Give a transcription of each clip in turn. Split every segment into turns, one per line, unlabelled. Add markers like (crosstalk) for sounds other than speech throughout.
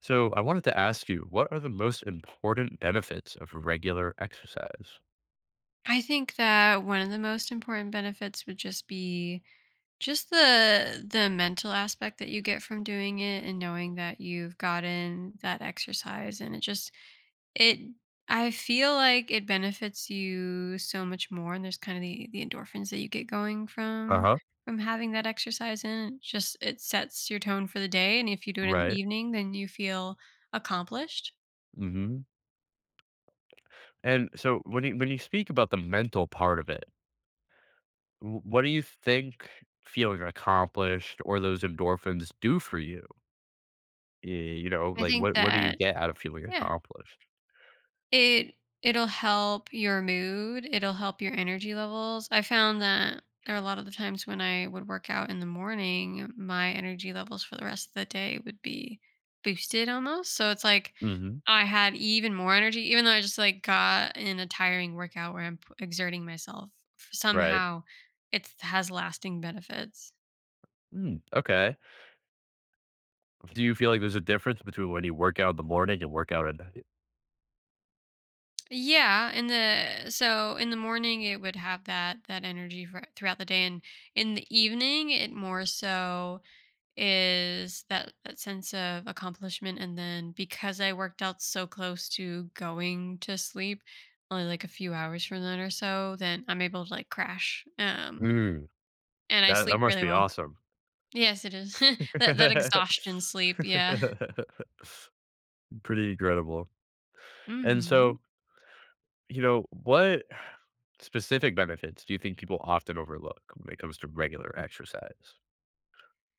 So I wanted to ask you, what are the most important benefits of regular exercise?
I think that one of the most important benefits would just be just the mental aspect that you get from doing it and knowing that you've gotten that exercise, and it just it I feel like it benefits you so much more, and there's kind of the endorphins that you get going
Uh
from
huh.
from having that exercise in. It's just it sets your tone for the day, and if you do it in the
Right.
evening then you feel accomplished.
hmm And so when you speak about the mental part of it, what do you think feeling accomplished or those endorphins do for you? Y- You know,
I
like
think
what do you
that
get out of feeling
yeah
accomplished?
It it'll help your mood, it'll help your energy levels. I found that there are a lot of the times when I would work out in the morning, my energy levels for the rest of the day would be boosted almost. So it's like
Hmm.
I had even more energy, even though I just like got in a tiring workout where I'm exerting myself.
Right.
Somehow, it has lasting benefits.
Mm, okay. Do you feel like there's a difference between when you work out in the morning and work out at night?
Yeah, in the so in the morning it would have that energy for, throughout the day, and in the evening it more so is that sense of accomplishment. And then because I worked out so close to going to sleep, only like a few hours from then or so, then I'm able to like crash.
Mm,
And I
that
sleep
must
really
be
well.
awesome.
Yes, it is (laughs) that
(laughs)
that exhaustion sleep. Yeah.
Pretty incredible. And
Mm-hmm.
so what specific benefits do you think people often overlook when it comes to regular exercise?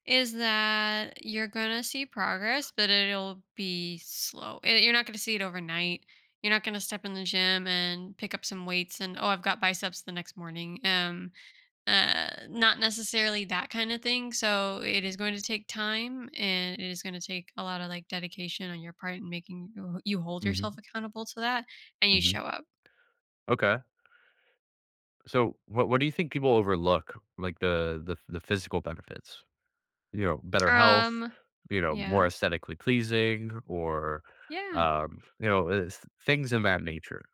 Is that you're gonna see progress, but it'll be slow. You're not gonna see it overnight. You're not gonna step in the gym and pick up some weights and, oh, I've got biceps the next morning. Not necessarily that kind of thing. So it is going to take time, and it is going to take a lot of like dedication on your part and making you hold
Hmm.
yourself accountable to that, and you
Hmm.
show up.
Okay. So what do you think people overlook, like the physical benefits? You know, better health,
Um,
you know, more
yeah,
aesthetically pleasing, or
yeah.
you know, it's things in that nature.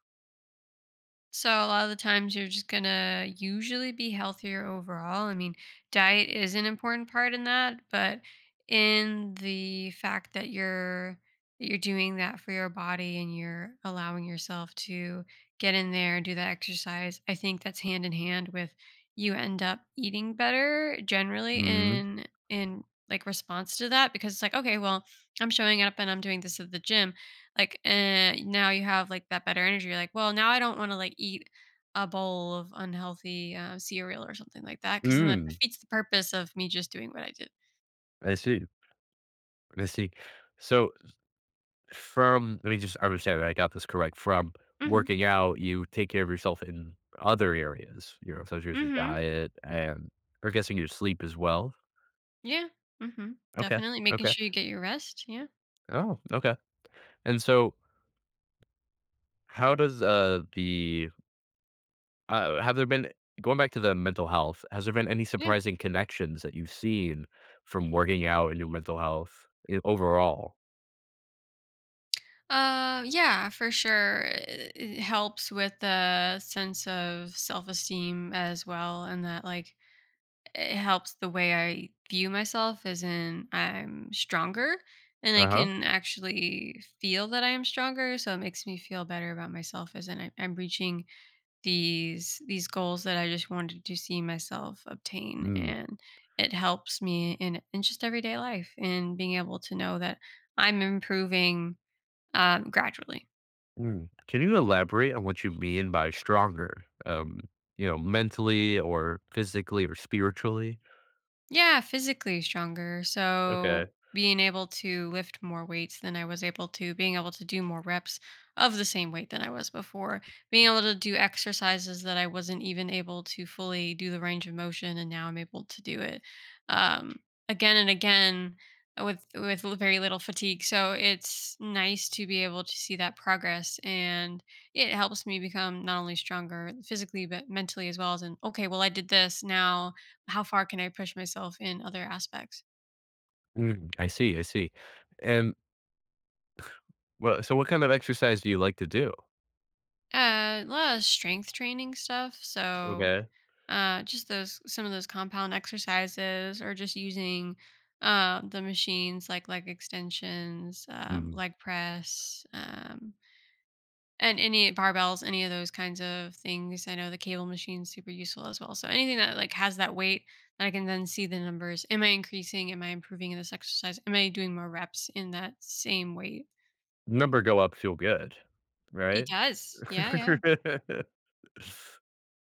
So a lot of the times you're just gonna usually be healthier overall. I mean, diet is an important part in that, but in the fact that you're doing that for your body and you're allowing yourself to get in there and do that exercise, I think that's hand in hand with you end up eating better generally
Mm,
in like response to that, because it's like, okay, well, I'm showing up and I'm doing this at the gym like, now you have, like, that better energy. You're like, "Well, now I don't wanna, like, eat a bowl of unhealthy, cereal or something like that, because then that
mm,
defeats the purpose of me just doing what I did."
I see. I see. So from let me just understand that I got this correct. From
Mhm.
working out, you take care of yourself in other areas, you know, such as your
Mhm.
diet and or guessing your sleep as well.
Yeah. Mhm.
Okay.
Definitely making
Okay.
sure you get your rest. Yeah.
Oh, okay. And so How does, the have there been going back to the mental health, has there been any
Yeah.
surprising connections that you've seen from working out and your mental health I overall?
Yeah, for sure. It helps with the sense of self-esteem as well, and that, like it helps the way I view myself, as in I'm stronger and I
Uh-huh.
can actually feel that I am stronger. So it makes me feel better about myself, as in I'm reaching these goals that I just wanted to see myself obtain.
Mm,
And it helps me in just everyday life and being able to know that I'm improving gradually.
mm. Can you elaborate on what you mean by stronger? You know, mentally or physically or spiritually?
Yeah, physically stronger. So
Okay.
being able to lift more weights than I was able to, being able to do more reps of the same weight than I was before, being able to do exercises that I wasn't even able to fully do the range of motion, and now I'm able to do it um, again and again with very little fatigue. So it's nice to be able to see that progress, and it helps me become not only stronger physically but mentally as well, as in, okay, well I did this, now how far can I push myself in other aspects?
Mm, I see, I see. And, well, so what kind of exercise do you like to do?
A lot of strength training stuff. So,
Okay.
just those some of those compound exercises, or just using the machines like leg extensions,
Mm.
leg press, and any barbells, any of those kinds of things. I know the cable machine's super useful as well. So anything that like has that weight that I can then see the numbers. Am I increasing? Am I improving in this exercise? Am I doing more reps in that same weight?
Number go up, feel good,
It
right?
does. Yeah, yeah.
(laughs)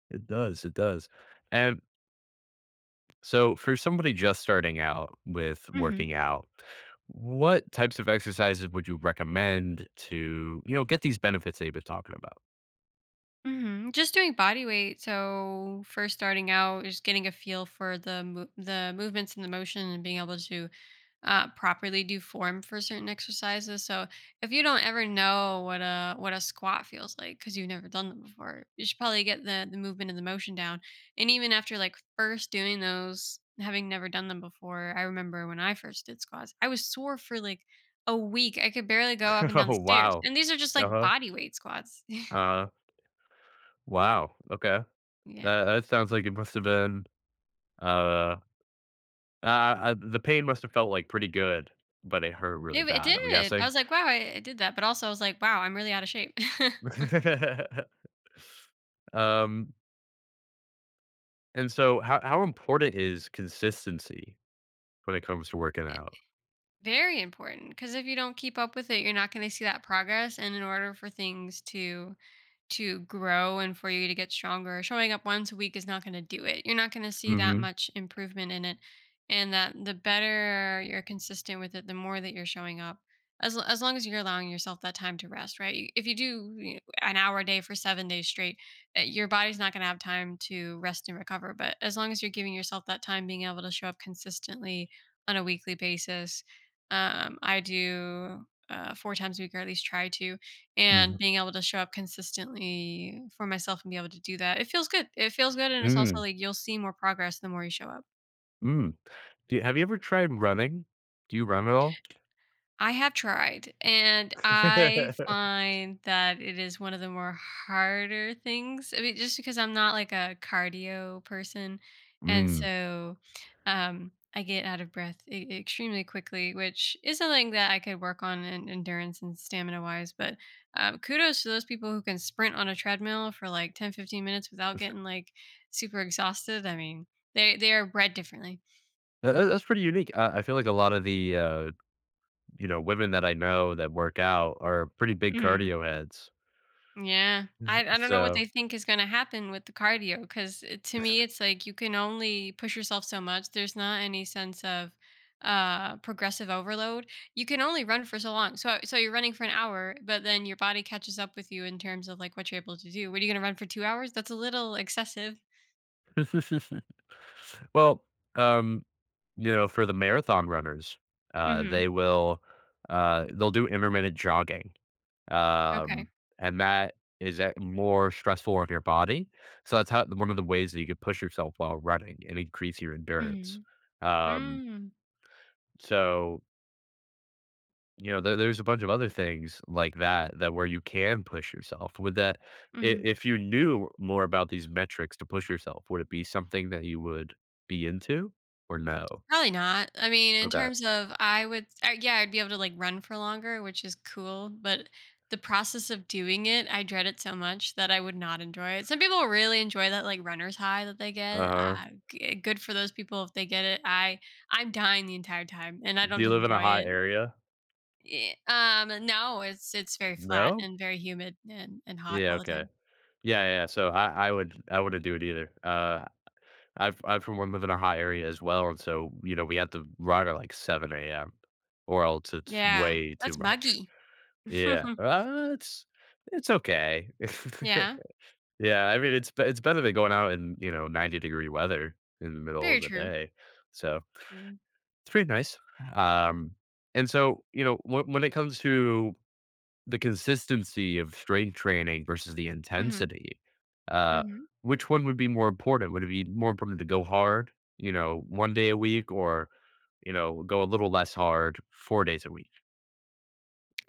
It does, it does. And so for somebody just starting out with
hmm
working out, what types of exercises would you recommend to, you know, get these benefits that you've been talking about?
Just doing body weight. So first starting out, is getting a feel for the the movements and the motion, and being able to properly do form for certain exercises. So if you don't ever know what a squat feels like because you've never done them before, you should probably get the movement and the motion down. And even after like first doing those, having never done them before, I remember when I first did squats, I was sore for like a week. I could barely go up
(laughs)
and down the
Oh,
stairs.
wow.
And these are just like
Uh-huh.
body weight squats. (laughs)
Uh, wow. Okay.
Yeah.
That sounds like it must have been, uh, the pain must have felt like pretty good, but it hurt really
It
bad, I'm
did. I
guessing.
was like, "Wow, I did that," but also I was like, "Wow, I'm really out of shape." (laughs)
(laughs) um, and so how important is consistency when it comes to working out?
Very important, because if you don't keep up with it, you're not gonna see that progress, and in order for things to grow and for you to get stronger. Showing up once a week is not going to do it. You're not going to see that
Mm-hmm.
much improvement in it. And that the better you're consistent with it, the more that you're showing up. As long as you're allowing yourself that time to rest, right? If you do you know, an hour a day for 7 days straight, your body's not going to have time to rest and recover. But as long as you're giving yourself that time, being able to show up consistently on a weekly basis, I do four times a week, or at least try to. And
Mhm.
being able to show up consistently for myself and be able to do that, it feels good. It feels good, and it's also,
Mm,
like, you'll see more progress the more you show up.
mm. Have you ever tried running? Do you run at all?
I have tried, and I
(laughs)
find that it is one of the more harder things. I mean, just because I'm not like a cardio person, and
Mm.
so I get out of breath extremely quickly, which is something that I could work on in endurance and stamina wise. But kudos to those people who can sprint on a treadmill for like 10, 15 minutes without getting like super exhausted. I mean, they are bred differently.
That's pretty unique. I feel like a lot of the, you know, women that I know that work out are pretty big
Mm-hmm.
cardio heads.
Yeah. I don't know what they
So
think is gonna happen with the cardio, because to me, it's like you can only push yourself so much. There's not any sense of, progressive overload. You can only run for so long. So you're running for an hour, but then your body catches up with you in terms of, like, what you're able to do. What are you gonna run for 2 hours? That's a little excessive.
(laughs) well, um, you know, for the marathon runners, uh,
Mhm.
they will, they'll do intermittent jogging.
Okay.
Um, and that is a more stressful on your body. So that's how one of the ways that you could push yourself while running and increase your endurance.
Mhm.
Um,
Mm.
so you know, there's a bunch of other things like that where you can push yourself.
Mhm.
If you knew more about these metrics to push yourself, would it be something that you would be into or no?
Probably not. I mean, in
Okay.
terms of I would yeah, I'd be able to like run for longer, which is cool, but the process of doing it, I dread it so much that I would not enjoy it. Some people really enjoy that like runner's high that they
Uh
get.
huh.
Good for those people if they get it. I'm dying the entire time and I
Do
don't
you live in a
enjoy
hot
it.
area?
No, it's very flat
No.
and very humid and hot
Yeah.
all the
Okay.
time.
Yeah, yeah. So I wouldn't do it either. I'm from one live in a high area as well, and so, you know, we had to run at like 7 a.m. or else it's
Yeah.
way too
That's
much.
muggy.
Yeah,
(laughs)
it's okay. (laughs)
yeah.
Yeah, I mean, it's better than going out in, you know, 90-degree weather in the middle
Very
of the
true.
day, so
True.
it's pretty nice. Um, and so, you know, when it comes to the consistency of strength training versus the
Mhm.
intensity. Uh,
Mhm.
which one would be more important? Would it be more important to go hard, you know, one day a week, or you know, go a little less hard 4 days a week?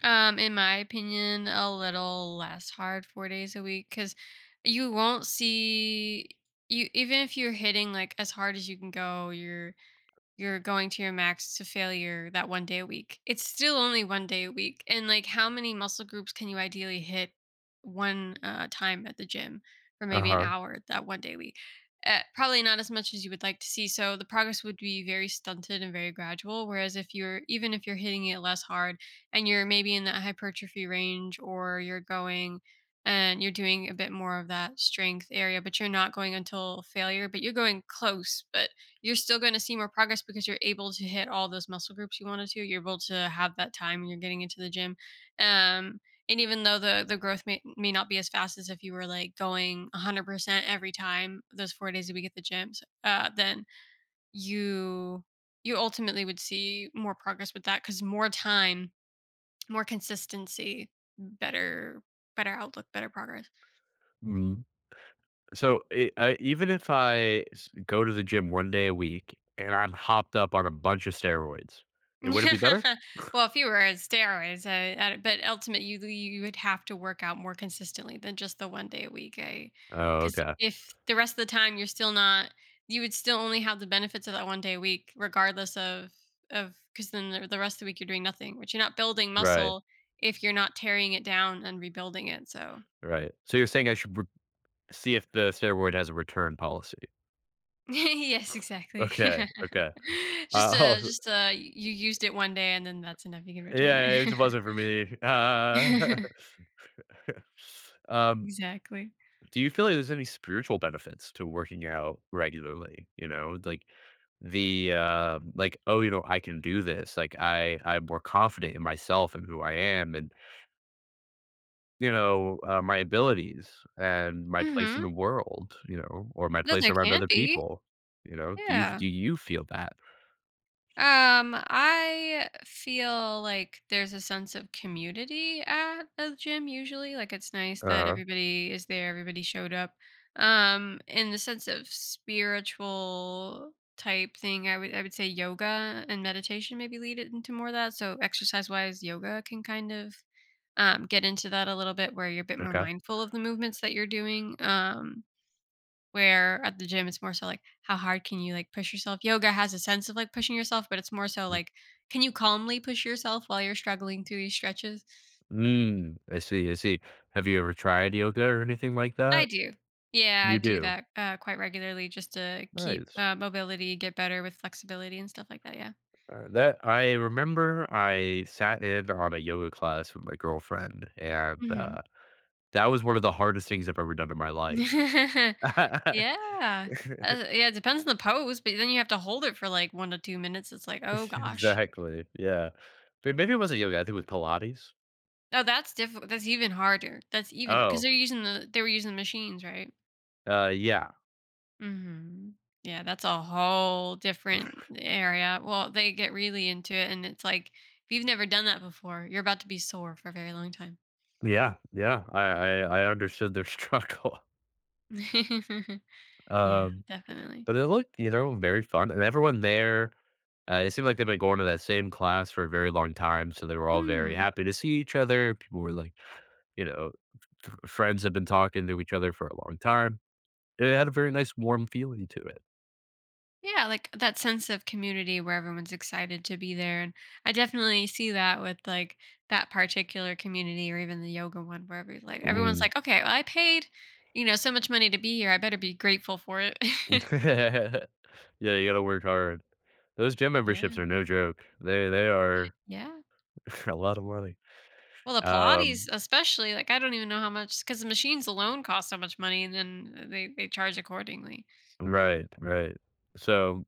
In my opinion, a little less hard 4 days a week, because you won't see you even if you're hitting like as hard as you can go, you're going to your max to failure that one day a week. It's still only one day a week. And like how many muscle groups can you ideally hit one time at the gym for
Uh
maybe an
huh.
hour that one day a week? Probably not as much as you would like to see. So the progress would be very stunted and very gradual. Whereas if you're, even if you're hitting it less hard and you're maybe in that hypertrophy range, or you're going and you're doing a bit more of that strength area, but you're not going until failure, but you're going close, but you're still going to see more progress because you're able to hit all those muscle groups you wanted to. You're able to have that time when you're getting into the gym. Um, and even though the growth may not be as fast as if you were like going 100% every time those 4 days a week at the gym, then you you ultimately would see more progress with that, because more time, more consistency, better better outlook, better progress.
Mm. So even if I go to the gym one day a week and I'm hopped up on a bunch of steroids, it would it be better?
(laughs) Well, if you were on steroids, but ultimately you would have to work out more consistently than just the one day a week.
Oh,
Because
okay,
if the rest of the time you're still not, you would still only have the benefits of that one day a week, regardless of because then the rest of the week you're doing nothing, which you're not building
right,
muscle if you're not tearing it down and rebuilding it. So
right. So you're saying I should see if the steroid has a return policy?
(laughs) yes, exactly.
Okay,
(laughs)
okay.
Just
Uh, (laughs)
you used it one day and then that's enough. You can return it.
Yeah, it wasn't for me.
(laughs)
(laughs)
(laughs)
Um,
exactly.
do you feel like there's any spiritual benefits to working out regularly? You know, like the like, oh, you know, I can do this. Like, I'm more confident in myself and who I am, and you know, my abilities and my place in the
Mhm.
world. You know, or my
No, there
place around
can
other
be.
people. You know,
Yeah.
do you feel that?
I feel like there's a sense of community at a gym usually. Like it's nice that
Uh,
everybody is there, everybody showed up. In the sense of spiritual type thing, I would say yoga and meditation maybe lead it into more of that. So exercise wise, yoga can kind of get into that a little bit where you're a bit more
okay.
mindful of the movements that you're doing. Where at the gym, it's more so like, how hard can you like push yourself? Yoga has a sense of like pushing yourself, but it's more so like, can you calmly push yourself while you're struggling through these stretches?
Mm, I see, I see. Have you ever tried yoga or anything like
I
that?
do. Yeah, I
You
do
do?
that quite regularly just to keep
Nice.
mobility, get better with flexibility and stuff like that. Yeah.
That I remember I sat in on a yoga class with my girlfriend, and,
hmm
that was one of the hardest things I've ever done in my
(laughs)
life.
yeah.
(laughs)
Yeah, it depends on the pose, but then you have to hold it for like 1 to 2 minutes. It's like, oh gosh.
Exactly, yeah. But maybe it wasn't yoga, I think it was Pilates?
Oh, that's difficult. That's even harder. That's even because
Oh,
they're using they were using the machines, right?
yeah.
Mhm. Yeah, that's a whole different area. Well, they get really into it, and it's like if you've never done that before, you're about to be sore for a very long time.
Yeah, yeah, I understood their struggle. (laughs)
(laughs) yeah,
Um,
definitely.
but it looked, you know, very fun, and everyone there, it seemed like they've been going to that same class for a very long time, so they were all very
Mm.
happy to see each other. People were like, you know, f friends have been talking to each other for a long time. It had a very nice warm feeling to it.
Yeah, like that sense of community where everyone's excited to be there, and I definitely see that with like that particular community, or even the yoga one, where every, like everyone's
Mhm.
like, "Okay, well, I paid, you know, so much money to be here. I better be grateful for it." (laughs)
(laughs) Yeah, you gotta work hard. Those gym
yeah.
memberships are no joke. They are
Yeah.
(laughs) a lot of money.
Well, the Pilates
Um,
especially, like, I don't even know how much, because the machines alone cost so much money, and then they charge accordingly.
right, right. So,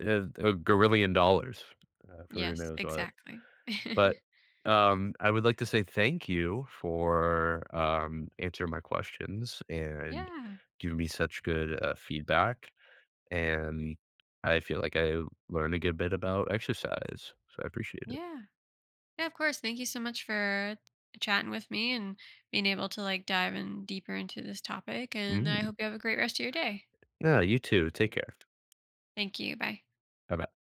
a gazillion dollars, for who
Yes,
knows what.
exactly. (laughs)
But, I would like to say thank you for, answering my questions and
Yeah,
giving me such good, feedback, and I feel like I learned a good bit about exercise, so I appreciate it.
yeah. Yeah, of course. Thank you so much for chatting with me and being able to, like, dive in deeper into this topic, and I
Mm.
hope you have a great rest of your day.
Yeah, you too. Take care.
Thank you. Bye.
Bye-bye.